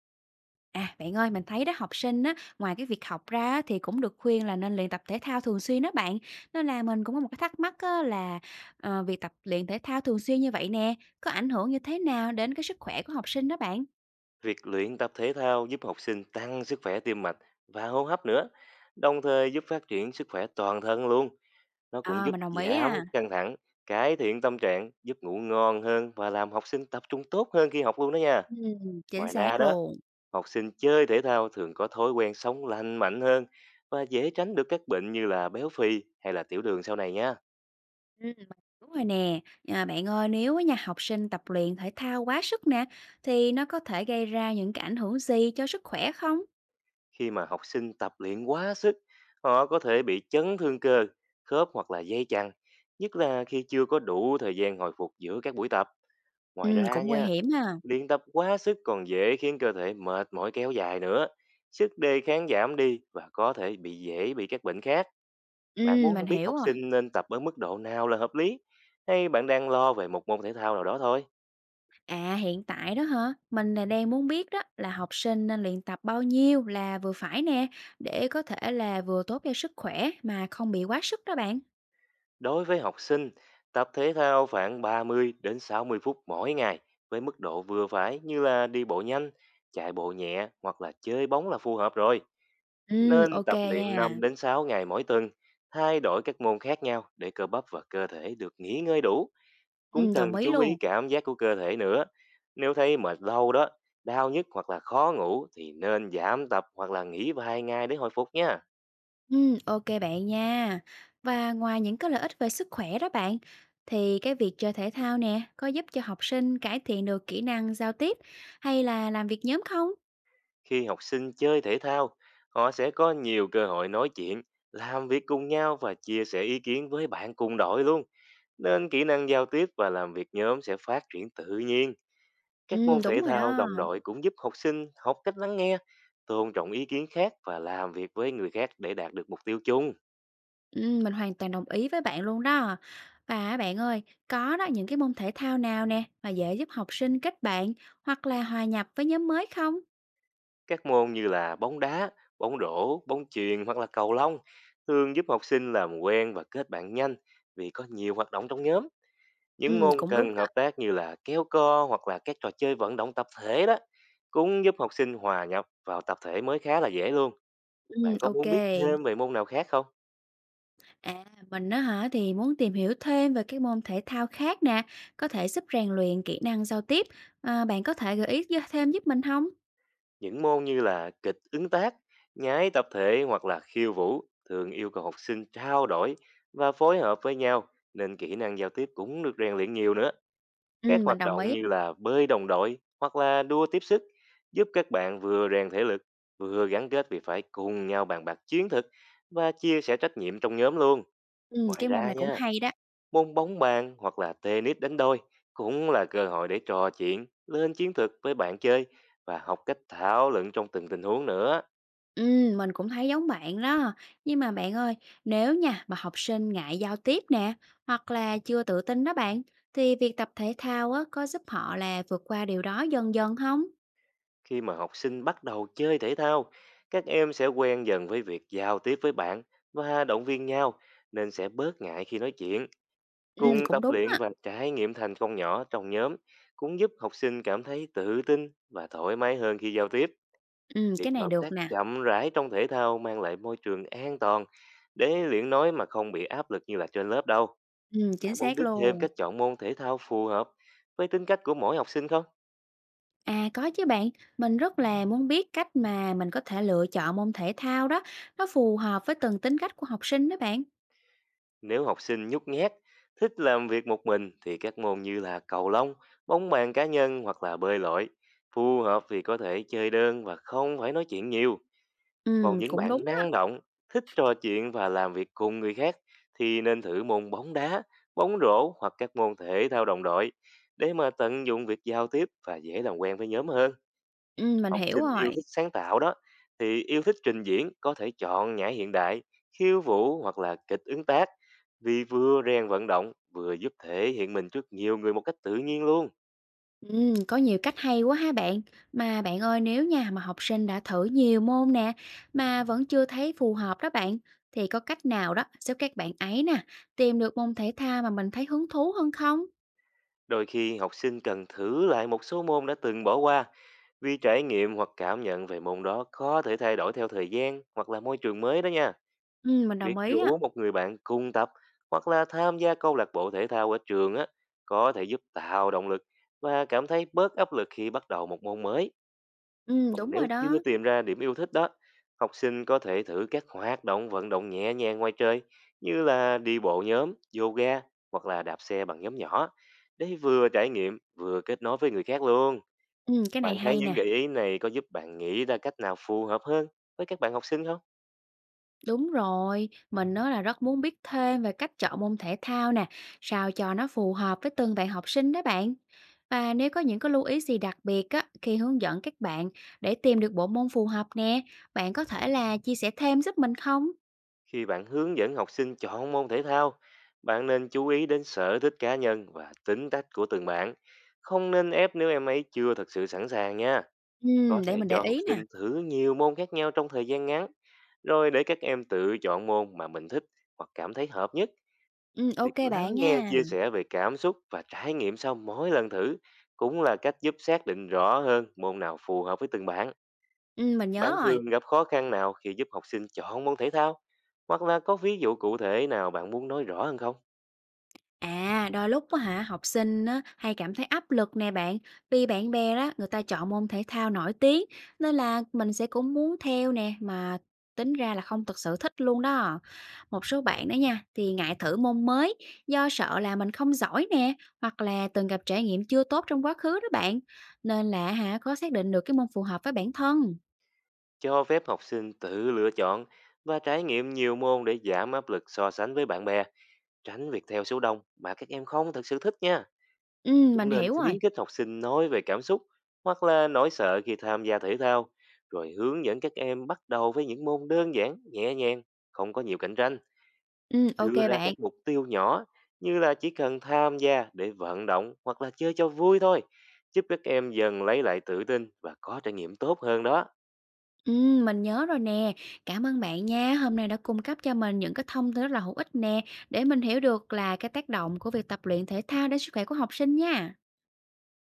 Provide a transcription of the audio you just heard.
À, bạn ơi, mình thấy đó học sinh á, ngoài cái việc học ra á, thì cũng được khuyên là nên luyện tập thể thao thường xuyên đó bạn. Nên là mình cũng có một cái thắc mắc á, là việc tập luyện thể thao thường xuyên như vậy nè, có ảnh hưởng như thế nào đến cái sức khỏe của học sinh đó bạn? Việc luyện tập thể thao giúp học sinh tăng sức khỏe tim mạch và hô hấp nữa, đồng thời giúp phát triển sức khỏe toàn thân luôn. Nó cũng Ờ, giúp mình đồng ý giảm à. căng thẳng, cải thiện tâm trạng, giúp ngủ ngon hơn và làm học sinh tập trung tốt hơn khi học luôn đó nha. Chính Ngoài ra xác đó, luôn. học sinh chơi thể thao thường có thói quen sống lành mạnh hơn và dễ tránh được các bệnh như là béo phì hay là tiểu đường sau này nha. Ừm, đúng rồi nè. À, bạn ơi, nếu á nha học sinh tập luyện thể thao quá sức nè, thì nó có thể gây ra những cái ảnh hưởng gì cho sức khỏe không? Khi mà học sinh tập luyện quá sức, họ có thể bị chấn thương cơ, khớp hoặc là dây chằng, nhất là khi chưa có đủ thời gian hồi phục giữa các buổi tập. Ngoài ra Cũng nguy nha, hiểm ha. luyện tập quá sức còn dễ khiến cơ thể mệt mỏi kéo dài nữa, sức đề kháng giảm đi và có thể bị dễ bị các bệnh khác. Bạn Mình muốn biết hiểu học rồi. sinh nên tập ở mức độ nào là hợp lý? Hay bạn đang lo về một môn thể thao nào đó thôi? À hiện tại đó hả? Mình là đang muốn biết đó là học sinh nên luyện tập bao nhiêu là vừa phải nè, để có thể là vừa tốt cho sức khỏe mà không bị quá sức đó bạn. Đối với học sinh, tập thể thao khoảng 30 đến 60 phút mỗi ngày với mức độ vừa phải như là đi bộ nhanh, chạy bộ nhẹ hoặc là chơi bóng là phù hợp rồi. Ừ, Nên ok tập luyện 5 nha. đến 6 ngày mỗi tuần, thay đổi các môn khác nhau để cơ bắp và cơ thể được nghỉ ngơi đủ. Cũng Ừ, cần đồng ý chú ý luôn. cảm giác của cơ thể nữa. Nếu thấy mệt lâu đó, đau nhức hoặc là khó ngủ thì nên giảm tập hoặc là nghỉ vài ngày để hồi phục nha. Ừ, ok bạn nha. Và ngoài những cái lợi ích về sức khỏe đó bạn, thì cái việc chơi thể thao nè có giúp cho học sinh cải thiện được kỹ năng giao tiếp hay là làm việc nhóm không? Khi học sinh chơi thể thao, họ sẽ có nhiều cơ hội nói chuyện, làm việc cùng nhau và chia sẻ ý kiến với bạn cùng đội luôn, nên kỹ năng giao tiếp và làm việc nhóm sẽ phát triển tự nhiên. Các Ừ, môn đúng thể rồi thao đó. đồng đội cũng giúp học sinh học cách lắng nghe, tôn trọng ý kiến khác và làm việc với người khác để đạt được mục tiêu chung. Mình hoàn toàn đồng ý với bạn luôn đó. Và bạn ơi, có đó những cái môn thể thao nào nè mà dễ giúp học sinh kết bạn hoặc là hòa nhập với nhóm mới không? Các môn như là bóng đá, bóng rổ, bóng chuyền hoặc là cầu lông thường giúp học sinh làm quen và kết bạn nhanh, vì có nhiều hoạt động trong nhóm. Những môn Cũng đúng cần đó. hợp tác như là kéo co hoặc là các trò chơi vận động tập thể đó cũng giúp học sinh hòa nhập vào tập thể mới khá là dễ luôn. Bạn có ô. muốn biết thêm về môn nào khác không? À, mình á hả thì muốn tìm hiểu thêm về các môn thể thao khác nè, có thể giúp rèn luyện kỹ năng giao tiếp. À, bạn có thể gợi ý gi thêm giúp mình không? Những môn như là kịch ứng tác, nhái tập thể hoặc là khiêu vũ thường yêu cầu học sinh trao đổi và phối hợp với nhau, nên kỹ năng giao tiếp cũng được rèn luyện nhiều nữa. Các Mình hoạt đồng động ý. như là bơi đồng đội hoặc là đua tiếp sức giúp các bạn vừa rèn thể lực, vừa gắn kết vì phải cùng nhau bàn bạc chiến thực và chia sẻ trách nhiệm trong nhóm luôn. Ngoài Cái môn ra này cũng nha, hay đó. môn bóng bàn hoặc là tennis đánh đôi cũng là cơ hội để trò chuyện, lên chiến thực với bạn chơi và học cách thảo luận trong từng tình huống nữa. Mình cũng thấy giống bạn đó. Nhưng mà bạn ơi, nếu nha mà học sinh ngại giao tiếp nè, hoặc là chưa tự tin đó bạn, thì việc tập thể thao á, có giúp họ là vượt qua điều đó dần dần không? Khi mà học sinh bắt đầu chơi thể thao, các em sẽ quen dần với việc giao tiếp với bạn và động viên nhau, nên sẽ bớt ngại khi nói chuyện. Cùng Cũng tập đúng luyện á. và trải nghiệm thành công nhỏ trong nhóm cũng giúp học sinh cảm thấy tự tin và thoải mái hơn khi giao tiếp. Việc Cái này hợp được tác nè. chậm rãi trong thể thao mang lại môi trường an toàn để luyện nói mà không bị áp lực như là trên lớp đâu. Chính Bạn muốn xác biết thêm luôn. cách chọn môn thể thao phù hợp với tính cách của mỗi học sinh không? À có chứ bạn, mình rất là muốn biết cách mà mình có thể lựa chọn môn thể thao đó, nó phù hợp với từng tính cách của học sinh đó bạn. Nếu học sinh nhút nhát, thích làm việc một mình thì các môn như là cầu lông, bóng bàn cá nhân hoặc là bơi lội phù hợp, vì có thể chơi đơn và không phải nói chuyện nhiều. Còn những Cũng bạn đúng đó. năng động, thích trò chuyện và làm việc cùng người khác thì nên thử môn bóng đá, bóng rổ hoặc các môn thể thao đồng đội để mà tận dụng việc giao tiếp và dễ làm quen với nhóm hơn. Mình Học hiểu sinh yêu rồi. thích sáng tạo đó, thì yêu thích trình diễn có thể chọn nhảy hiện đại, khiêu vũ hoặc là kịch ứng tác, vì vừa rèn vận động vừa giúp thể hiện mình trước nhiều người một cách tự nhiên luôn. Có nhiều cách hay quá ha bạn. Mà bạn ơi nếu nhà mà học sinh đã thử nhiều môn nè mà vẫn chưa thấy phù hợp đó bạn thì có cách nào đó giúp các bạn ấy nè tìm được môn thể thao mà mình thấy hứng thú hơn không? Đôi khi học sinh cần thử lại một số môn đã từng bỏ qua, vì trải nghiệm hoặc cảm nhận về môn đó có thể thay đổi theo thời gian hoặc là môi trường mới đó nha. Ừ, mình đồng Việc ý á. rủ một người bạn cùng tập hoặc là tham gia câu lạc bộ thể thao ở trường á có thể giúp tạo động lực và cảm thấy bớt áp lực khi bắt đầu một môn mới. Ừ, Còn đúng nếu rồi chưa đó. tìm ra điểm yêu thích đó, học sinh có thể thử các hoạt động vận động nhẹ nhàng ngoài trời như là đi bộ nhóm, yoga hoặc là đạp xe bằng nhóm nhỏ để vừa trải nghiệm vừa kết nối với người khác luôn. Ừ, cái này Bạn thấy hay những nè. gợi ý này có giúp bạn nghĩ ra cách nào phù hợp hơn với các bạn học sinh không? Đúng rồi, mình nói là rất muốn biết thêm về cách chọn môn thể thao nè, sao cho nó phù hợp với từng bạn học sinh đó bạn. Và nếu có những cái lưu ý gì đặc biệt á, khi hướng dẫn các bạn để tìm được bộ môn phù hợp nè, bạn có thể là chia sẻ thêm giúp mình không? Khi bạn hướng dẫn học sinh chọn môn thể thao, bạn nên chú ý đến sở thích cá nhân và tính cách của từng bạn. Không nên ép nếu em ấy chưa thật sự sẵn sàng nha. Ừ, Có để thể mình để cho học ý nè. sinh thử nhiều môn khác nhau trong thời gian ngắn, rồi để các em tự chọn môn mà mình thích hoặc cảm thấy hợp nhất. Ừ, Việc ok lắng bạn nghe nha. chia sẻ về cảm xúc và trải nghiệm sau mỗi lần thử cũng là cách giúp xác định rõ hơn môn nào phù hợp với từng bạn. Ừ, mình nhớ Bạn rồi. thường gặp khó khăn nào khi giúp học sinh chọn môn thể thao? Hoặc là có ví dụ cụ thể nào bạn muốn nói rõ hơn không? À, đôi lúc á hả, học sinh á, hay cảm thấy áp lực nè bạn, vì bạn bè đó người ta chọn môn thể thao nổi tiếng nên là mình sẽ cũng muốn theo nè mà tính ra là không thực sự thích luôn đó. Một số bạn đó nha thì ngại thử môn mới do sợ là mình không giỏi nè hoặc là từng gặp trải nghiệm chưa tốt trong quá khứ đó bạn. Nên là hả khó xác định được cái môn phù hợp với bản thân. Cho phép học sinh tự lựa chọn và trải nghiệm nhiều môn để giảm áp lực so sánh với bạn bè, tránh việc theo số đông mà các em không thật sự thích nha. Ừ, Cũng mình nên hiểu rồi. khuyến khích học sinh nói về cảm xúc hoặc là nỗi sợ khi tham gia thể thao, rồi hướng dẫn các em bắt đầu với những môn đơn giản, nhẹ nhàng, không có nhiều cạnh tranh. Ừ, ok Đưa ra bạn. các mục tiêu nhỏ như là chỉ cần tham gia để vận động hoặc là chơi cho vui thôi, giúp các em dần lấy lại tự tin và có trải nghiệm tốt hơn đó. Mình nhớ rồi nè. Cảm ơn bạn nha. Hôm nay đã cung cấp cho mình những cái thông tin rất là hữu ích nè, để mình hiểu được là cái tác động của việc tập luyện thể thao đến sức khỏe của học sinh nha.